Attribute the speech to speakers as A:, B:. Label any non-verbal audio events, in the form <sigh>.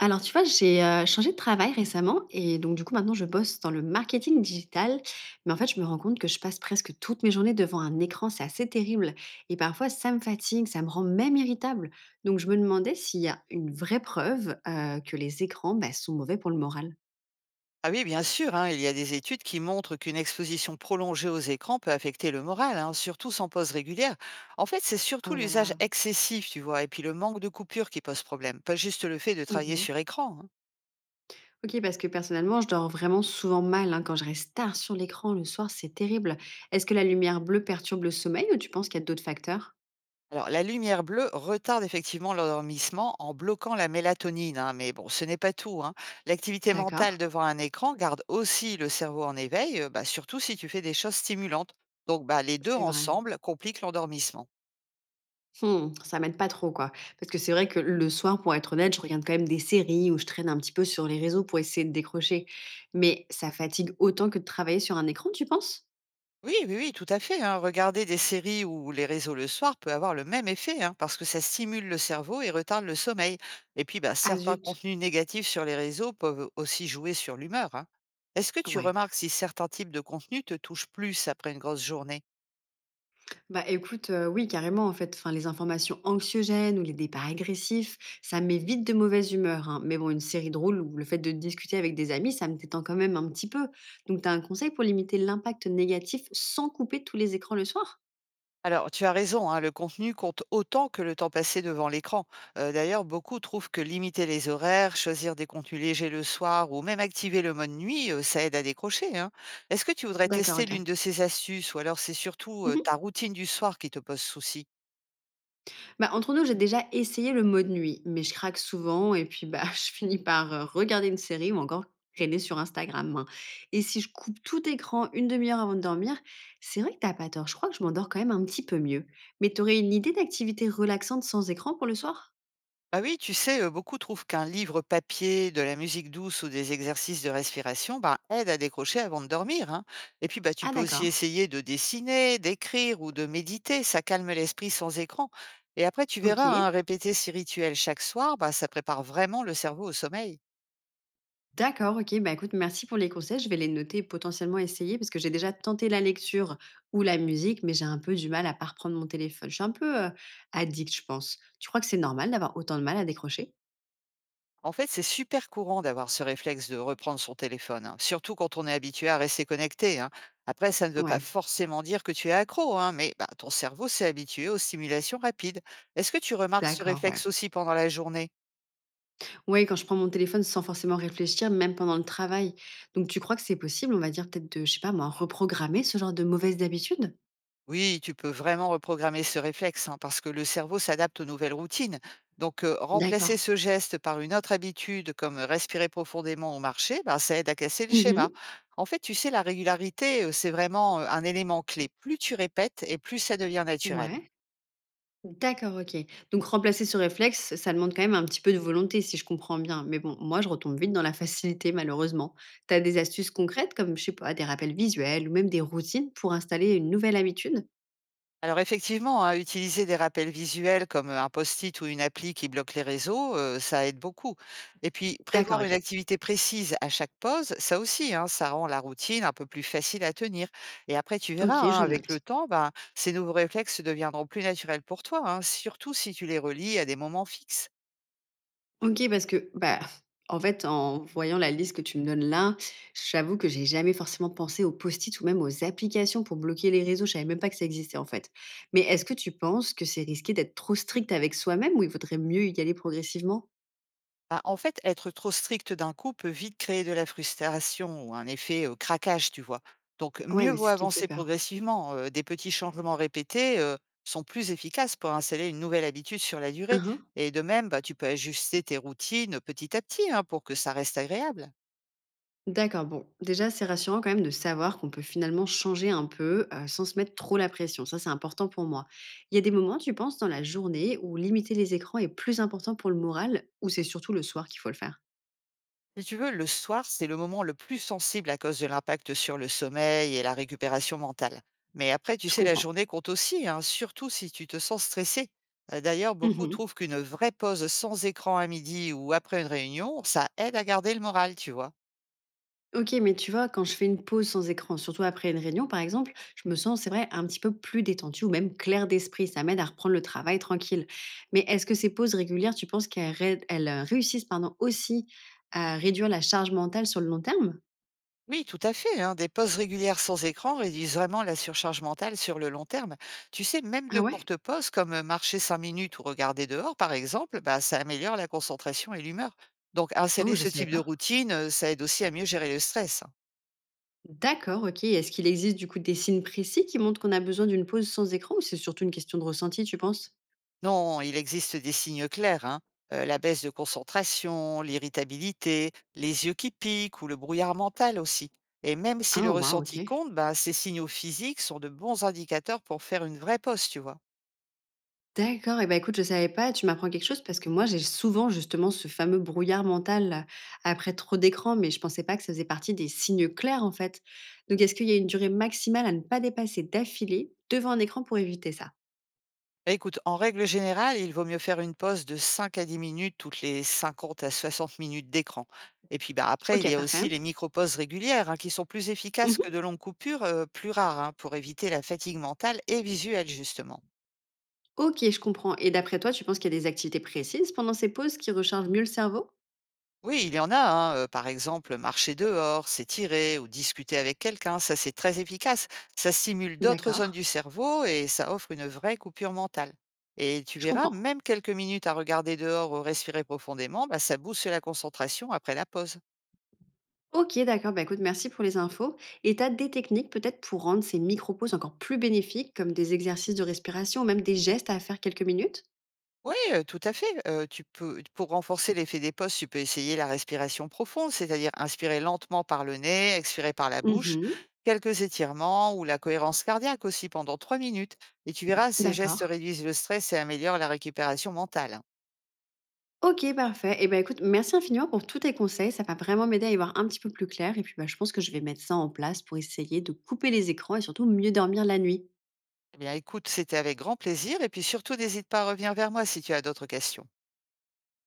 A: Alors, tu vois, j'ai, changé de travail récemment et donc du coup, maintenant, je bosse dans le marketing digital. Mais en fait, je me rends compte que je passe presque toutes mes journées devant un écran, c'est assez terrible et parfois ça me fatigue, ça me rend même irritable. Donc je me demandais s'il y a une vraie preuve, que les écrans, bah, sont mauvais pour le moral?
B: Ah oui, bien sûr, hein, il y a des études qui montrent qu'une exposition prolongée aux écrans peut affecter le moral, hein, surtout sans pause régulière. En fait, c'est surtout
A: Oh là
B: l'usage
A: là.
B: excessif, tu vois, et puis le manque de coupure qui pose problème, pas juste le fait de travailler
A: Mmh.
B: sur écran, hein.
A: OK, parce que personnellement, je dors vraiment souvent mal, hein, quand je reste tard sur l'écran le soir, c'est terrible. Est-ce que la lumière bleue perturbe le sommeil ou tu penses qu'il y a d'autres facteurs?
B: Alors, la lumière bleue retarde effectivement l'endormissement en bloquant la mélatonine, hein, mais bon, ce n'est pas tout, hein. L'activité mentale
A: D'accord,
B: devant un écran garde aussi le cerveau en éveil, surtout si tu fais des choses stimulantes. Donc, bah, les deux
A: c'est vrai.
B: ensemble compliquent l'endormissement.
A: Mmh, ça m'aide pas trop, quoi. Parce que c'est vrai que le soir, pour être honnête, je regarde quand même des séries ou je traîne un petit peu sur les réseaux pour essayer de décrocher. Mais ça fatigue autant que de travailler sur un écran, tu penses?
B: Oui, oui, oui, tout à fait, hein. Regarder des séries ou les réseaux le soir peut avoir le même effet, hein, parce que ça stimule le cerveau et retarde le sommeil. Et puis, bah,
A: Ah
B: certains
A: zut.
B: contenus négatifs sur les réseaux peuvent aussi jouer sur l'humeur, hein. Est-ce que tu
A: Ouais.
B: remarques si certains types de contenus te touchent plus après une grosse journée?
A: Bah écoute, oui, carrément, en fait. Enfin, les informations anxiogènes ou les départs agressifs, ça me met vite de mauvaise humeur, hein. Mais bon, une série drôle ou le fait de discuter avec des amis, ça me détend quand même un petit peu. Donc tu as un conseil pour limiter l'impact négatif sans couper tous les écrans le soir?
B: Alors, tu as raison, hein, le contenu compte autant que le temps passé devant l'écran. D'ailleurs, beaucoup trouvent que limiter les horaires, choisir des contenus légers le soir ou même activer le mode nuit, ça aide à décrocher, hein. Est-ce que tu voudrais
A: D'accord,
B: tester
A: OK.
B: l'une de ces astuces ou alors c'est surtout ta
A: Mmh.
B: routine du soir qui te pose souci?
A: Bah, entre nous, j'ai déjà essayé le mode nuit, mais je craque souvent et puis bah, <laughs> je finis par regarder une série ou encore traîner sur Instagram, hein. Et si je coupe tout écran une demi-heure avant de dormir, c'est vrai que t'as pas tort. Je crois que je m'endors quand même un petit peu mieux. Mais t'aurais une idée d'activité relaxante sans écran pour le soir?
B: Ah oui, tu sais, beaucoup trouvent qu'un livre papier, de la musique douce ou des exercices de respiration bah, aide à décrocher avant de dormir, hein. Et puis, bah, tu
A: Ah
B: peux aussi
A: d'accord.
B: essayer de dessiner, d'écrire ou de méditer. Ça calme l'esprit sans écran. Et après, tu verras, hein,
A: Ok.
B: répéter ces rituels chaque soir, bah, ça prépare vraiment le cerveau au sommeil.
A: D'accord, OK. Bah, écoute, merci pour les conseils. Je vais les noter et potentiellement essayer parce que j'ai déjà tenté la lecture ou la musique, mais j'ai un peu du mal à pas reprendre mon téléphone. Je suis un peu, addict, je pense. Tu crois que c'est normal d'avoir autant de mal à décrocher?
B: En fait, c'est super courant d'avoir ce réflexe de reprendre son téléphone, hein, surtout quand on est habitué à rester connecté, hein. Après, ça ne veut pas
A: Ouais,
B: forcément dire que tu es accro, hein, mais bah, ton cerveau s'est habitué aux stimulations rapides. Est-ce que tu remarques ce
A: d'accord, ouais.
B: réflexe aussi pendant la journée?
A: Ouais, quand je prends mon téléphone sans forcément réfléchir, même pendant le travail. Donc tu crois que c'est possible, on va dire peut-être de, je sais pas moi, reprogrammer ce genre de mauvaises habitudes?
B: Oui, tu peux vraiment reprogrammer ce réflexe, hein, parce que le cerveau s'adapte aux nouvelles routines. Donc, remplacer
A: D'accord.
B: ce geste par une autre habitude, comme respirer profondément au marché, ben, ça aide à casser le
A: Mmh mh.
B: schéma. En fait, tu sais, la régularité, c'est vraiment un élément clé. Plus tu répètes et plus ça devient naturel.
A: Ouais. D'accord, OK. Donc remplacer ce réflexe, ça demande quand même un petit peu de volonté, si je comprends bien. Mais bon, moi, je retombe vite dans la facilité, malheureusement. Tu as des astuces concrètes, comme, je sais pas, des rappels visuels ou même des routines pour installer une nouvelle habitude?
B: Alors effectivement, hein, utiliser des rappels visuels comme un post-it ou une appli qui bloque les réseaux, ça aide beaucoup. Et puis
A: D'accord,
B: prévoir une
A: OK.
B: activité précise à chaque pause, ça aussi, hein, ça rend la routine un peu plus facile à tenir. Et après, tu
A: OK,
B: verras, hein,
A: je
B: avec le
A: note.
B: temps, ben, ces nouveaux réflexes deviendront plus naturels pour toi, hein, surtout si tu les relis à des moments fixes.
A: OK, parce que, bah, en fait, en voyant la liste que tu me donnes là, j'avoue que j'ai jamais forcément pensé aux post-it ou même aux applications pour bloquer les réseaux. Je savais même pas que ça existait, en fait. Mais est-ce que tu penses que c'est risqué d'être trop strict avec soi-même ou il vaudrait mieux y aller progressivement?
B: Bah, en fait, être trop strict d'un coup peut vite créer de la frustration ou un effet craquage, tu vois. Donc,
A: Ouais,
B: mieux
A: mais
B: vaut
A: c'est ce qui me fait
B: avancer
A: peur.
B: progressivement. Des petits changements répétés sont plus efficaces pour installer une nouvelle habitude sur la durée.
A: Hein, hein.
B: Et de même, bah, tu peux ajuster tes routines petit à petit, hein, pour que ça reste agréable.
A: D'accord, bon, déjà, c'est rassurant quand même de savoir qu'on peut finalement changer un peu sans se mettre trop la pression. Ça, c'est important pour moi. Il y a des moments, tu penses, dans la journée où limiter les écrans est plus important pour le moral ou c'est surtout le soir qu'il faut le faire?
B: Si tu veux, le soir, c'est le moment le plus sensible à cause de l'impact sur le sommeil et la récupération mentale. Mais après, tu
A: Je
B: sais, la
A: comprends.
B: journée compte aussi, hein, surtout si tu te sens stressé. D'ailleurs, beaucoup trouvent qu'une vraie pause sans écran à midi ou après une réunion, ça aide à garder le moral, tu vois.
A: OK, mais tu vois, quand je fais une pause sans écran, surtout après une réunion par exemple, je me sens, c'est vrai, un petit peu plus détendue ou même claire d'esprit. Ça m'aide à reprendre le travail tranquille. Mais est-ce que ces pauses régulières, tu penses qu'elles réussissent pardon, aussi à réduire la charge mentale sur le long terme?
B: Oui, tout à fait, hein. Des pauses régulières sans écran réduisent vraiment la surcharge mentale sur le long terme. Tu sais, même
A: Ah
B: de
A: ouais.
B: courtes pauses, comme marcher 5 minutes ou regarder dehors, par exemple, bah, ça améliore la concentration et l'humeur. Donc,
A: Oh,
B: installer
A: je
B: ce
A: savais
B: type de
A: pas.
B: routine, ça aide aussi à mieux gérer le stress, hein.
A: D'accord, ok. Est-ce qu'il existe du coup des signes précis qui montrent qu'on a besoin d'une pause sans écran ou c'est surtout une question de ressenti, tu penses?
B: Non, il existe des signes clairs, hein. La baisse de concentration, l'irritabilité, les yeux qui piquent ou le brouillard mental aussi. Et même si
A: Ah,
B: le
A: waouh, ok.
B: ressenti compte, bah, ces signaux physiques sont de bons indicateurs pour faire une vraie pause, tu vois.
A: D'accord et bah, écoute, je savais pas, tu m'apprends quelque chose parce que moi j'ai souvent justement ce fameux brouillard mental, là, après trop d'écran, mais je pensais pas que ça faisait partie des signes clairs, en fait. Donc est-ce qu'il y a une durée maximale à ne pas dépasser d'affilée devant un écran pour éviter ça?
B: Bah, écoute, en règle générale, il vaut mieux faire une pause de 5 à 10 minutes toutes les 50 à 60 minutes d'écran. Et puis bah, après, il
A: OK,
B: y a
A: parfait.
B: aussi les micro-pauses régulières, hein, qui sont plus efficaces
A: Mmh.
B: que de longues coupures, plus rares, hein, pour éviter la fatigue mentale et visuelle, justement.
A: OK, je comprends et d'après toi, tu penses qu'il y a des activités précises pendant ces pauses qui rechargent mieux le cerveau?
B: Oui, il y en a, hein, par exemple, marcher dehors, s'étirer ou discuter avec quelqu'un, ça c'est très efficace. Ça stimule d'autres
A: D'accord,
B: zones du cerveau et ça offre une vraie coupure mentale. Et tu
A: je
B: verras,
A: comprends.
B: même quelques minutes à regarder dehors ou respirer profondément, bah, ça booste la concentration après la pause.
A: OK, d'accord. Bah, écoute, merci pour les infos. Et tu as des techniques peut-être pour rendre ces micro-pauses encore plus bénéfiques, comme des exercices de respiration ou même des gestes à faire quelques minutes?
B: Oui, tout à fait, tu peux pour renforcer l'effet des postes, tu peux essayer la respiration profonde, c'est-à-dire inspirer lentement par le nez, expirer par la bouche,
A: Mhm.
B: quelques étirements ou la cohérence cardiaque aussi pendant 3 minutes et tu verras, ces
A: D'accord.
B: gestes réduisent le stress et améliorent la récupération mentale.
A: Ok, parfait. Et ben écoute, merci infiniment pour tous tes conseils. Ça va vraiment m'aider à y voir un petit peu plus clair. Et puis, bah, je pense que je vais mettre ça en place pour essayer de couper les écrans et surtout mieux dormir la nuit.
B: Eh bien écoute, c'était avec grand plaisir et puis surtout n'hésite pas à revenir vers moi si tu as d'autres questions.